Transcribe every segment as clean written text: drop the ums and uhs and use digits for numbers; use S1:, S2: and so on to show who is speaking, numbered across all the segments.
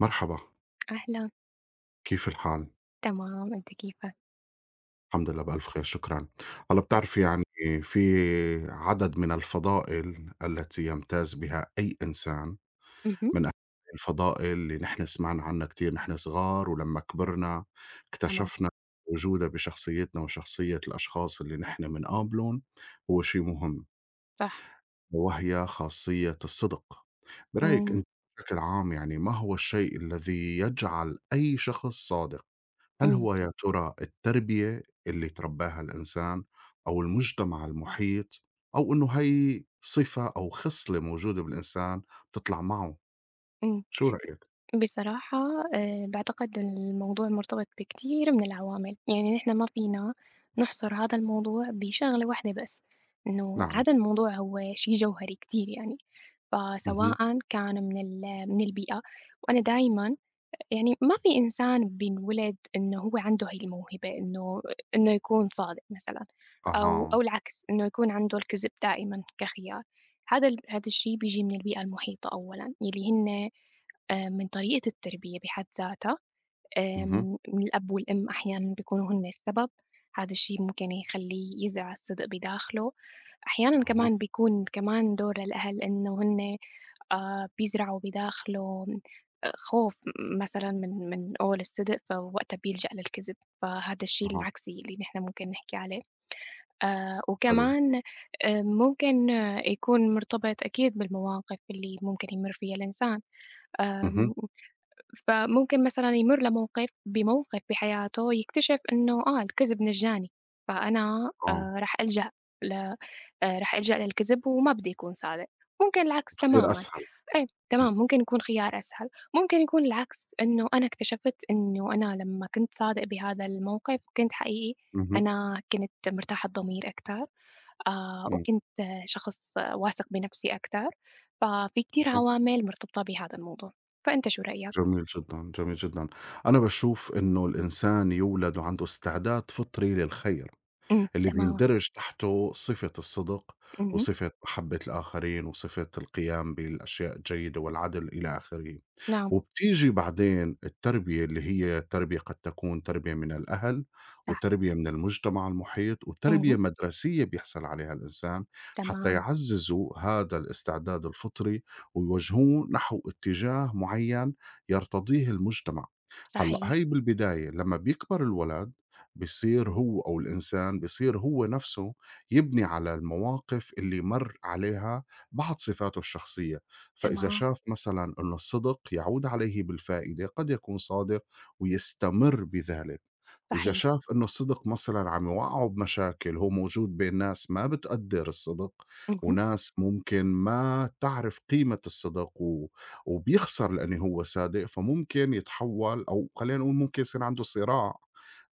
S1: مرحبا،
S2: أهلًا،
S1: كيف الحال؟
S2: تمام، أنتِ كيفك؟
S1: الحمد لله بألف خير، شكرًا. هلّأ بتعرفي يعني في عدد من الفضائل التي يمتاز بها أي إنسان،
S2: اهم،
S1: من أهم الفضائل اللي نحن سمعنا عنها كتير نحن صغار ولمّا كبرنا
S2: تمام،
S1: اكتشفنا وجودها بشخصيتنا وشخصية الأشخاص اللي نحن منقابلُن هو شي مهم،
S2: صح،
S1: وهي خاصية الصدق. برأيِك
S2: إمم،
S1: أنتِ بشكل عام يعني ما هو الشيء الذي يجعل أي شخص صادق؟ هل
S2: إمم،
S1: هو يا ترى التربية اللي ترباها الإنسان أو المجتمع المحيط أو إنه هي صفة أو خصلة موجودة بالإنسان بتطلع معه
S2: إمم.
S1: شو رأيك؟
S2: بصراحة باعتقد الموضوع مرتبط بكتير من العوامل، يعني نحن ما فينا نحصر هذا الموضوع بشغلة واحدة بس، إنه
S1: نعم،
S2: هذا الموضوع هو شيء جوهري كتير يعني،
S1: اهم،
S2: فسواءً كان من من البيئة، وأنا دايمًا يعني ما في إنسان بينولد إنه هو عنده هاي الموهبة إنه يكون صادق مثلًا أو
S1: أها،
S2: أو العكس، إنه يكون عنده الكذب دائمًا كخيار. هذا هذا الشي بييجي من البيئة المحيطة أولًا، يلّي هن من طريقة التربية بحد ذاتها.
S1: اهم،
S2: الأب والأم أحيانًا بيكونوا هُم السبب، هذا الشي ممكن يخلّيه يزرع الصدق بداخله، أحيانًا
S1: أها،
S2: كمان بيكون كمان دور الأهل إنه هُن بيزرعوا بداخله خوف مثلًا من قول الصدق، فوقتها بيلجأ للكذب، فهذا الشي
S1: أها،
S2: العكسي اللي نحن ممكن نحكي عليه.
S1: حلو،
S2: وكمان ممكن يكون مرتبط أكيد بالمواقف اللي ممكن يمُر فيها الإنسان،
S1: اهم،
S2: آمم فممكن مثلًا يمُر بموقف بحياته يكتشف إنه الكذب مجّاني، فأنا
S1: آه،
S2: راح ألجأ للكذب وما بدي أكون صادق، ممكن العكس
S1: بصير
S2: تمامًا،
S1: أسهل،
S2: إيه تمام ممكن يكون خيار أسهل، ممكن يكون العكس إنه أنا اكتشفت إنه أنا لمّا كنت صادق بهذا الموقف وكنت حقيقي،
S1: اهم،
S2: أنا كنت مرتاحة الضمير أكتر،
S1: إمم،
S2: وكنت شخص واثق بنفسي أكتر، ففي كتير
S1: اهم،
S2: عوامل مرتبطة بهذا الموضوع، فأنت شو رأيك؟
S1: جميل جدًا، جميل جدًا، أنا باشوف إنه الإنسان يولد وعنده استعداد فطري للخير.
S2: إمم،
S1: اللي
S2: تمامًا،
S1: بيندرج تحته صفة الصدق
S2: اهم،
S1: وصفة محبة الآخرين وصفة القيام بالأشياء الجيدة والعدل إلى آخره
S2: نعم
S1: وبتيجي بعدين التربية اللي هي تربية قد تكون تربية من الأهل
S2: صح،
S1: وتربية من المجتمع المحيط وتربية
S2: اهم،
S1: مدرسية بيحصل عليها الإنسان حتى
S2: تمامًا،
S1: يعززوا هذا الاستعداد الفطري ويوجهوه نحو اتجاه معين يرتضيه المجتمع. هلأ
S2: صحيح،
S1: هي بالبداية لما بيكبر الولد بصير هو أو الإنسان بصير هو نفسه يبني على المواقف اللي مر عليها بعض صفاته الشخصية. فإذا
S2: تمام،
S1: شاف مثلًا أن الصدق يعود عليه بالفائدة، قد يكون صادق ويستمر بذلك، وإذا
S2: صحيح،
S1: شاف أنه الصدق مثلًا عم يوقعه بمشاكل، هو موجود بين ناس ما بتقدّر الصدق،
S2: اهم،
S1: وناس ممكن ما تعرف قيمة الصدق و وبيخسر لأنه هو صادق، فممكن يتحوّل أو خلّينا نقول ممكن يصير عنده صراع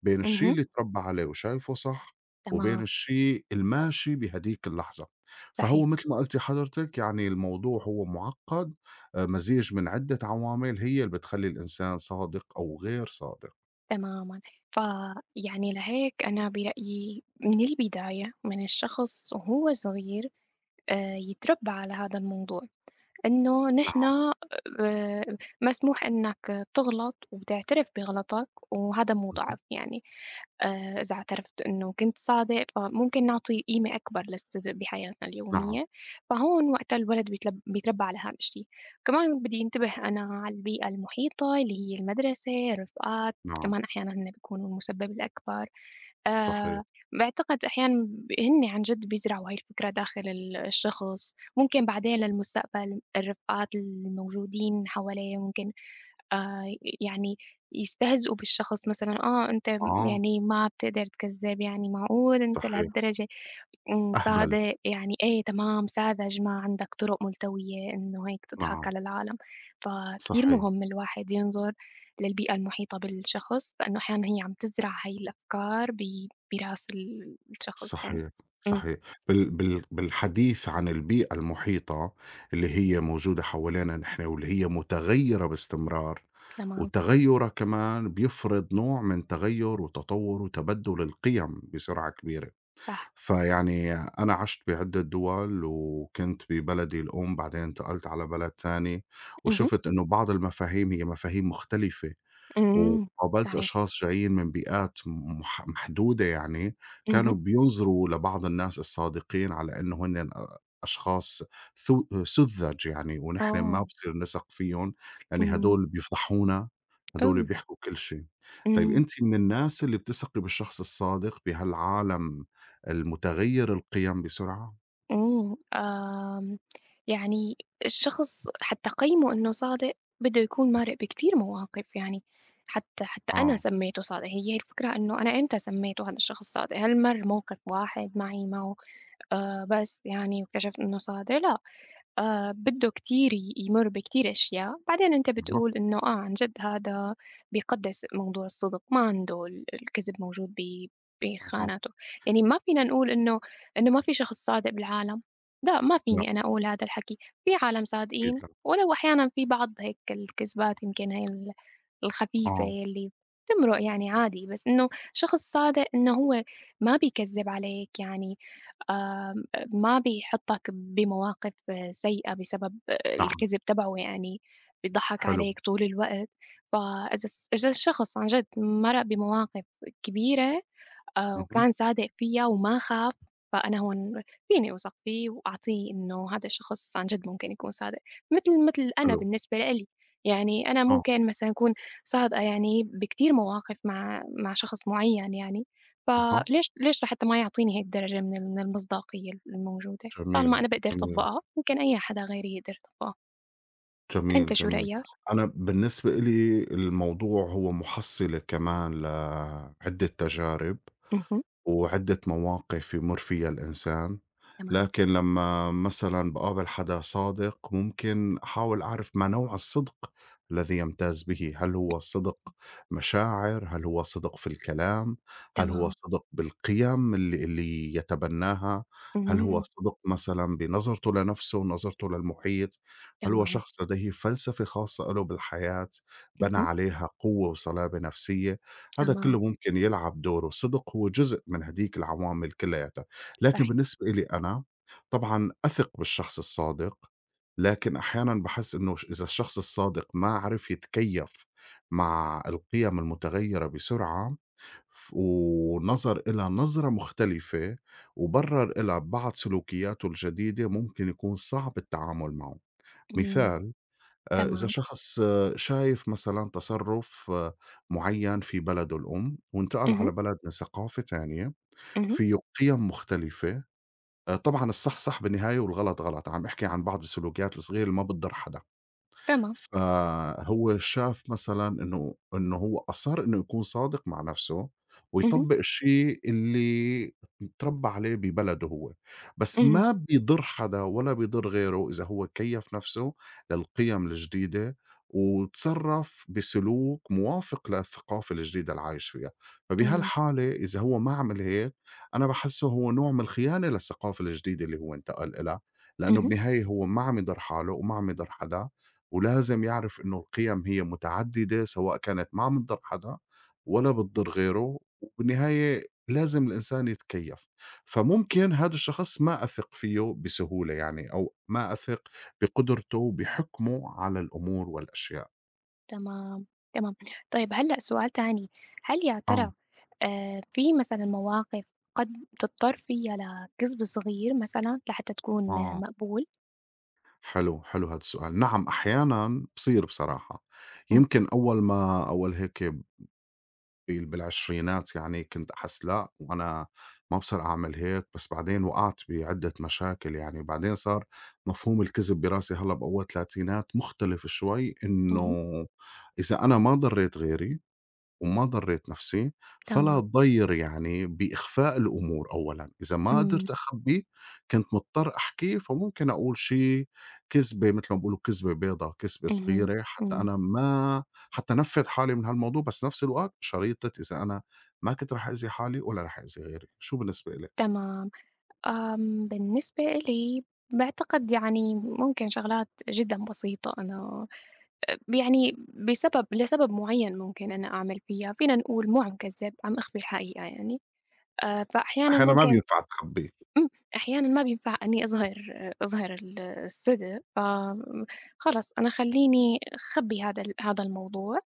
S1: بين الشي
S2: اهم،
S1: اللي اتربّى عليه وشايفه صح، وبين
S2: تمام،
S1: الشي الماشي بهديك اللحظة. فهو
S2: صحيح،
S1: مثل ما قلتِ حضرتِك يعني الموضوع هو مُعقّد، مزيج من عدة عوامل هي اللي بتخلّي الإنسان صادق أو غير صادق.
S2: تمامًا، فيعني لهيك أنا برأيي من البداية، من الشخص وهو صغير يتربى على هذا الموضوع. إنه نحن
S1: نعم،
S2: آآ مسموح إنك تغلط وتعترف بغلطك، وهذا مو
S1: اهم،
S2: ضعف يعني، إذا اعترفت إنه كنت صادق، فممكن نعطي قيمة أكبر للصدق بحياتنا
S1: نعم،
S2: اليومية، فهون وقتها الولد بيتلب بيتربى على هذا الشي، كمان بدي انتبه أنا على البيئة المحيطة اللي هي المدرسة، الرفقات،
S1: نعم،
S2: كمان أحيانًا هن بيكونوا المسبب الأكبر.
S1: صحيح،
S2: باعتقد أحيانًا هن عن جد بيزرعوا هاي الفكرة داخل الشخص، ممكن بعدين للمستقبل الرفقات الموجودين حواليه ممكن آآ يعني يستهزئوا بالشخص مثلًا، أنت
S1: آه،
S2: يعني ما بتقدر تكذّب يعني معقول أنت
S1: صحيح،
S2: لهالدرجة
S1: أهبل،
S2: سعداء، يعني إيه تمام، ساذج، ما عندك طرق ملتوية إنه هيك تضحك
S1: نعم،
S2: على العالم، فكتير
S1: صحيح،
S2: مهم الواحد ينظر للبيئة المحيطة بالشخص، لإنه أحيانًا هي عم تزرع هاي الأفكار براس الشخص يعني.
S1: صحيح،
S2: إمم،
S1: صحيح. بالحديث عن البيئة المحيطة اللي هي موجودة حوالينا نحن واللي هي متغيّرة باستمرار،
S2: تمام،
S1: وتغيُّرها كمان بيفرض نوع من تغيُّر وتطوُّر وتبدُّل القِيَم بسرعة كبيرة.
S2: صح،
S1: فيعني أنا عِشت بعدة دُوَل وكنت ببلدي الأم، بعدين انتقلت على بلد تاني،
S2: اهم،
S1: وشُفت إنه بعض المفاهيم هي مفاهيم مختلفة.
S2: إمم،
S1: وقابلت
S2: صحيح،
S1: أشخاص جايين من بيئات م مح محدودة يعني،
S2: اهم،
S1: كانوا بينظروا لبعض الناس الصادقين على إنه هنّن أشخاص سُذَّج يعني، ونحن ما
S2: آه،
S1: بصير نثق فيهم، لأن
S2: إمم،
S1: هادول بيفضحونا، هادول
S2: أوف!
S1: بيحكوا كل شي. طيب
S2: إمم.
S1: أنتِ من الناس اللي بتثقي بالشخص الصادق بهالعالم المتغيّر القِيَم بسرعة؟
S2: إمم، يعني الشخص حتى قيّمه إنه صادق بده يكون مرِق بكتير مواقف يعني، حتى أنا
S1: آه،
S2: سمّيته صادق، هي الفكرة إنه أنا إمتى سمّيته هذا الشخص صادق؟ هل مَر موقف واحد معي معه بس يعني واكتشفت إنه صادق؟ لأ. بده كتير يمُر بكتير أشياء، بعدين أنت
S1: أها،
S2: بتقول إنه آه عن جد هذا بيقدّس موضوع الصدق، ما عنده الكذب موجود
S1: أها،
S2: بخاناته، يعني ما فينا نقول إنه ما في شخص صادق بالعالم، لأ ما
S1: لأ،
S2: فيني أنا أقول هذا الحكي، في عالم
S1: أكيد
S2: صادقين
S1: لأ،
S2: ولو أحيانًا في بعض هيك الكذبات يمكن هي الخفيفة
S1: آه،
S2: اللي بتمرق يعني عادي، بس إنه شخص صادق إنه هو ما بيكذب عليك يعني آمم، ما بيحطّك بمواقف سيئة بسبب
S1: نعم،
S2: الكذب تبعه يعني، بيضحّك
S1: حلو،
S2: عليك طول الوقت، فإذا الس إذا الشخص عن جد مرّ بمواقف كبيرة
S1: اهم،
S2: وكان صادق فيّا وما خاف، فأنا هون فيني أوثق فيه وأعطيه إنه هذا الشخص عن جد ممكن يكون صادق، متل أنا
S1: حلو،
S2: بالنسبة لإلي، يعني أنا
S1: آه،
S2: ممكن مثلًا أكون صادقة يعني بكتير مواقف مع شخص معيّن يعني،
S1: أها.
S2: فليش لحتى ما يعطيني هيك درجة من من المصداقية الموجودة،
S1: جميل،
S2: طالما أنا باقدر
S1: جميل،
S2: أطبّقها ممكن أي حدا غيري يقدر يطبّقها،
S1: جميل،
S2: أنت شو
S1: جميل.
S2: رأيك؟
S1: أنا بالنسبة إلي الموضوع هو مُحصِّلة كمان لعدة تجارب.
S2: اهم،
S1: وعدة مواقف يمُر فيها الإنسان،
S2: تمام،
S1: لكن لمّا مثلًا باقابل حدا صادق ممكن أحاول أعرف ما نوع الصدق الذي يمتاز به، هل هو صدق مشاعر، هل هو صدق في الكلام، هل هو
S2: تمام،
S1: صدق بالقيم اللي يتبناها، هل هو
S2: اهم،
S1: صدق مثلًا بنظرته لنفسه، نظرته للمحيط، هل هو
S2: تمامًا،
S1: شخص لديه فلسفة خاصة إله بالحياة بنى
S2: اهم،
S1: عليها قوة وصلابة نفسية. هذا
S2: تمام،
S1: كله ممكن يلعب دوره، صدق هو جزء من هديك العوامل كلّياتها، لكن
S2: صحيح،
S1: بالنسبة إلي أنا طبعًا أثق بالشخص الصادق، لكن أحيانًا باحس إنه إذا الشخص الصادق ما عرف يتكيّف مع القِيَم المتغيّرة بسرعة ونظر إلها نظرة مختلفة وبرّر إلها بعض سلوكياته الجديدة، ممكن يكون صعب التعامل معه.
S2: إمم،
S1: مثال إذا
S2: تمام،
S1: شخص شايف مثلًا تصرُّف معيّن في بلده الأم وانتقل على
S2: اهم.
S1: بلد من ثقافة تانية
S2: اهم،
S1: فيه قِيَم مختلفة، طبعًا صح بالنهاية والغلط غلط، عم أحكي عن بعض السلوكيات الصغيرة اللي ما بتضر حدا.
S2: تمام،
S1: فهو شاف مثلًا إنه هو أصَرّ إنه يكون صادق مع نَفْسه
S2: اهم،
S1: ويطبّق الشيء اللي اتربّى عليه ببلده هو، بس
S2: اهم،
S1: ما بيضر حدا ولا بيضر غيره إذا هو كيّف نَفْسه للقِيَم الجديدة وتصرّف بسلوك موافق للثقافة الجديدة اللي عايش فيها،
S2: إمم،
S1: فبهالحالة إذا هو ما عمل هيك أنا باحسّه هو نوع من الخيانة للثقافة الجديدة اللي هو انتقل إلها، لإنه
S2: اهم،
S1: بالنهاية هو ما عم يضر حاله وما عم يضر حدا ولازم يعرف إنه القيم هي متعددة، سواء كانت ما عم تضر حدا ولا بتضر غيره، وبالنهاية لازم الإنسان يتكيّف، فممكن هذا الشخص ما أثق فيه بسهولة يعني أو ما أثق بقدرته وبحُكمه على الأمور والأشياء.
S2: تمام، تمام. طيب هلأ سؤال تاني، هل يا
S1: آه،
S2: ترى في مثلًا مواقف قد تضطر فيها لكذب صغير مثلًا لحتى تكون
S1: آه،
S2: مقبول؟
S1: حلو، حلو هذا السؤال. نعم، أحيانًا بصير بصراحة،
S2: إمم،
S1: يمكن أول ما أول هيك بالعشرينات يعني كنت أحس لأ، وأنا ما بصير أعمل هيك، بس بعدين وقعت بعدة مشاكل يعني، بعدين صار مفهوم الكذب براسي هلأ بأول التلاتينات مختلف شوي
S2: اهم،
S1: إنه إذا أنا ما ضريت غيري وما ضريت نفسي، فلا
S2: تمام،
S1: تضيّر يعني بإخفاء الأمور أولًا، إذا ما
S2: إمم،
S1: قدرت أخبّي كنت مضطر أحكي، فممكن أقول شي كذبة متل ما بيقولوا كذبة بيضا، كذبة
S2: اهم،
S1: صغيرة حتى
S2: إمم،
S1: أنا ما حتى أنفّذ حالي من هالموضوع، بس نفس الوقت بشريطة إذا أنا ما كنت رح أأذي حالي ولا رح أأذي غيري، شو بالنسبة إلِك؟
S2: تمام. بالنسبة إلي باعتقد يعني ممكن شغلات جدًا بسيطة أنا يعني لسبب معين ممكن أنا أعمل فيها، فينا نقول مو عم كذّب، عم أخفي الحقيقة يعني. فأحيانًا
S1: أحيانًا ما
S2: ممكن
S1: بينفع تخبّي.
S2: إمم، أحيانًا ما بينفع إنّي أظهر الصدق، خلص أنا خلّيني أخبّي هذا هذا الموضوع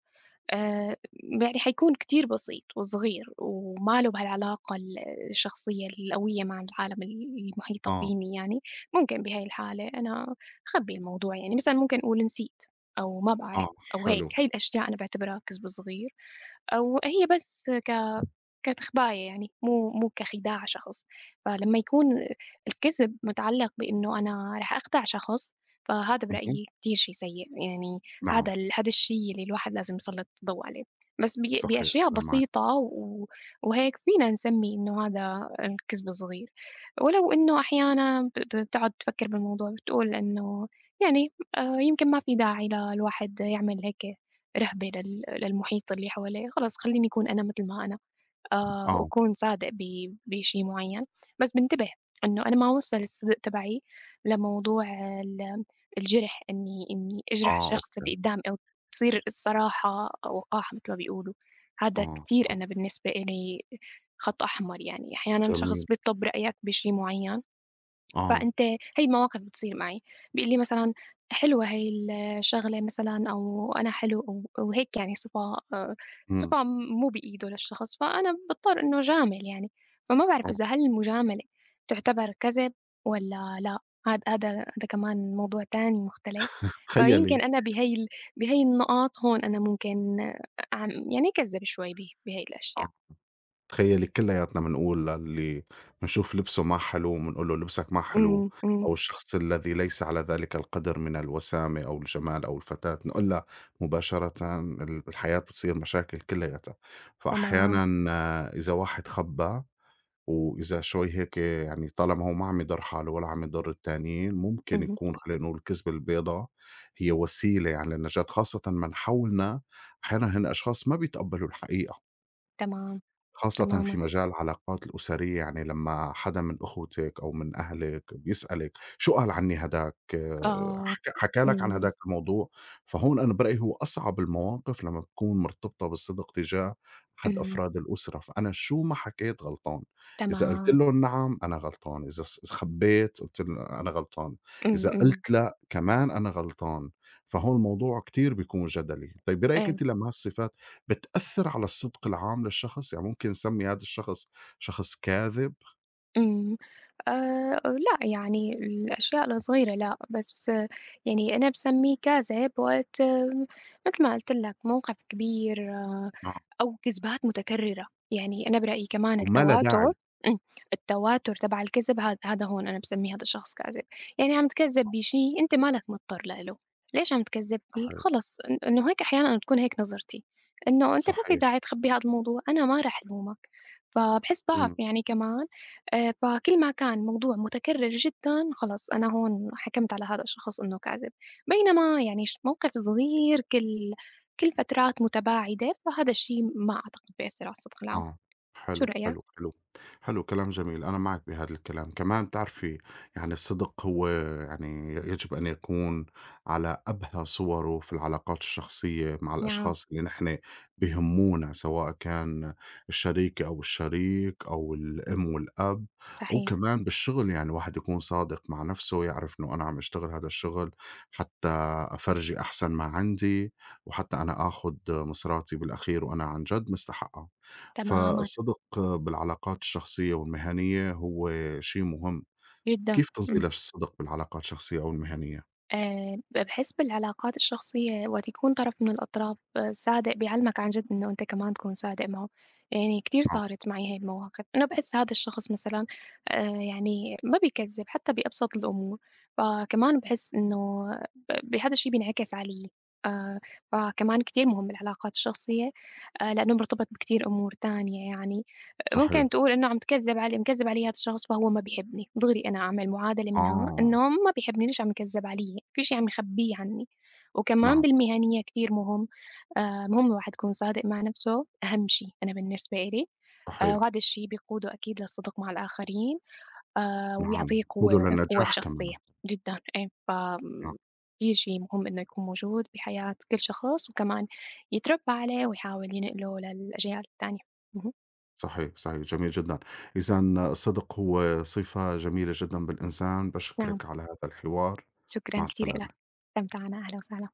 S2: آآ يعني حيكون كتير بسيط وصغير وما له بهالعلاقة الشخصية القوية مع العالم المحيطة
S1: آه،
S2: فيني يعني، ممكن بهاي الحالة أنا أخبّي الموضوع يعني مثلًا ممكن أقول نسيت أو ما باعرف
S1: آه،
S2: أو هيك،
S1: حلو.
S2: هاي الأشياء أنا باعتبرها كذب صغير أو هي بس كتخباية يعني، مو كخداع شخص، فلمّا يكون الكذب متعلّق بإنه أنا رح أخدع شخص، فهذا
S1: اهم،
S2: برأيي كتير شي سيء، يعني
S1: نعم،
S2: هذا هذا الشي اللي الواحد لازم يسلّط الضوء عليه، بس
S1: صحيح،
S2: بأشياء
S1: أنا معك.
S2: بسيطة وهيك فينا نسمّي إنه هذا الكذب صغير، ولو إنه أحيانًا ب ب بتقعد تفكّر بالموضوع بتقول إنه يعني يمكن ما في داعي للواحد يعمل هيك رهبة للمحيط اللي حواليه، خلص خلّيني أكون أنا متل ما أنا. آه،
S1: آه،
S2: وأكون صادق بشي معيّن، بس بانتبه إنه أنا ما أوصّل الصدق تبعي لموضوع ال الجِرح، إني أجرح
S1: آه،
S2: الشخص
S1: أوكي،
S2: اللي قدّامي أو تصير الصراحة وقاحة متل ما بيقولوا، هذا
S1: آه،
S2: كتير أنا بالنسبة إلي خط أحمر يعني، أحيانًا
S1: جميل،
S2: شخص بيطلب رأيك بشي معيّن
S1: آه،
S2: فأنت هي المواقف بتصير معي، بيقول لي مثلًا حلوة هي الشغلة مثلًا أو أنا حلو وهيك يعني صِفة آآ
S1: إمم،
S2: صِفة مو بإيده للشخص، فأنا باضطر إنه أجامل يعني، فما باعرف
S1: آه.
S2: إذا هل المجاملة تُعتبر كذب والّا لأ، هادا كمان موضوع تاني مختلف،
S1: تخيّلي
S2: فيمكن أنا بهي بهي النقاط هون أنا ممكن أعم يعني أكذّب شوي بهي الأشياء.
S1: آه. تخيّلي كلّياتنا بنقول للي بنشوف لبسه ما حلو، بنقول له لبسك ما حلو،
S2: إمم، إمم،
S1: أو الشخص الذي ليس على ذلك القدر من الوسامة أو الجمال أو الفتاة، نقول لها مباشرةً الحياة بتصير مشاكل كلّياتها،
S2: تمام،
S1: فأحيانًا آه، إذا واحد خبّى وإذا شوي هيك يعني طالما هو ما عم يضر حاله ولا عم يضر التانيين، ممكن
S2: اهم،
S1: يكون خلّينا نقول الكذبة البيضا هي وسيلة يعني للنجاة، خاصةً من حولنا أحيانًا هن أشخاص ما بيتقبّلوا الحقيقة.
S2: تمام،
S1: خاصةً في
S2: تمامًا.
S1: مجال العلاقات الأسرية، يعني لمّا حدا من أخوتِك أو من أهلِك بيسألِك شو قال عني هداك، آه،
S2: آه،
S1: حكى لك عن
S2: إمم،
S1: هداك الموضوع، فهون أنا برأيي هو أصعب المواقف لمّا بتكون مرتبطة بالصدق تجاه أحد
S2: إمم،
S1: أفراد الأسرة، فأنا شو ما حكيت غلطان، إذا قُلت
S2: تمام،
S1: لهم نعم أنا غلطان، إذا خبّيت قُلت أنا غلطان،
S2: إمم،
S1: إذا
S2: إمم،
S1: قُلت لأ كمان أنا غلطان، فهون الموضوع كتير بيكون جدلي. طيب برأيِك
S2: أيوه.
S1: أنتِ لمّا هالصفات بتأثّر على الصدق العام للشخص، يعني ممكن نسمّي هذا الشخص شخص كاذب،
S2: إمم. لأ، يعني الأشياء الصغيرة لأ، بس يعني أنا باسميه كذب وقت مثل ما قُلت لك موقف كبير
S1: آه،
S2: أو كذبات متكررة، يعني أنا برأيي كمان
S1: أو ما لا
S2: التواتر
S1: داعي،
S2: إمم، التواتر تبع الكذب هذا هون أنا باسمي هذا الشخص كاذب، يعني عم تكذب بشي أنت مالك مضطر له، ليش عم تكذب فيه؟
S1: صحيح،
S2: خلص إنه هيك أحيانًا تكون هيك نظرتي، إنه أنت ما في
S1: صحيح،
S2: داعي تخبّي هذا الموضوع، أنا ما راح ألومك، فباحس ضعف
S1: إمم.
S2: يعني كمان. فكل ما كان موضوع متكرر جدًا خلص أنا هون حكمت على هذا الشخص إنه كاذب، بينما يعني موقف صغير كل فترات متباعدة، فهذا الشيء ما أعتقد بيأثر على الصدق العام،
S1: آه،
S2: شو رأيك؟
S1: حلو، حلو كلام جميل، أنا معك بهذا الكلام، كمان بتعرفي يعني الصدق هو يعني يجب أن يكون على أبهى صوره في العلاقات الشخصية مع
S2: نعم،
S1: الأشخاص اللي نحن بيهمونا، سواء كان الشريكة أو الشريك أو الأم والأب، أو
S2: صحيح،
S1: كمان بالشغل يعني الواحد يكون صادق مع نفسه، يعرف إنه أنا عم أشتغل هذا الشغل حتى أفرجي أحسن ما عندي، وحتى أنا آخد مصراتي بالأخير وأنا عن جد مستحقها.
S2: تمامًا،
S1: فالصدق بالعلاقات الشخصية والمهنية هو شيء مهم.
S2: جدًا،
S1: كيف
S2: إمم.
S1: تنزيل الصدق بالعلاقات الشخصية أو المهنية؟
S2: باحس بالعلاقات الشخصية وقت يكون طرف من الأطراف صادق بيعلمك عن جد إنه أنت كمان تكون صادق معه، يعني كتير
S1: آه،
S2: صارت معي هاي المواقف، إنه باحس هذا الشخص مثلًا يعني ما بيكذب حتى بأبسط الأمور، فكمان باحس إنه ب ب هذا الشي بينعكس علي، آآ فكمان كتير مهم العلاقات الشخصية لإنه مرتبط بكتير أمور تانية يعني،
S1: صحيح.
S2: ممكن تقول إنه عم تكذّب علي مكذّب علي هذا الشخص فهو ما بيحبني، دغري أنا أعمل معادلة منها
S1: آه،
S2: إنه ما بيحبني ليش عم يكذّب علي، في شي عم يخبّيه عني، وكمان
S1: نعم،
S2: بالمهنيّة كتير مهم مهم الواحد يكون صادق مع نفسه أهم شي أنا بالنسبة إلي،
S1: صحيح،
S2: وهذا الشي بيقوده أكيد للصدق مع الآخرين
S1: نعم.
S2: ويعطيه
S1: قُدوة
S2: قوة قوة
S1: للنجاح كمان.
S2: شخصية جدًا إيه، ف
S1: نعم،
S2: كتير شي مهم إنه يكون موجود بحياة كل شخص، وكمان يتربى عليه ويحاول ينقله للأجيال التانية. اهم،
S1: صحيح، صحيح، جميل جدًا. إذًا الصدق هو صفة جميلة جدًا بالإنسان،
S2: نعم،
S1: باشكرِك على هذا الحوار، مع
S2: شكرًا كتير إلك،
S1: السلامة.
S2: استمتعنا، أهلًا وسهلًا.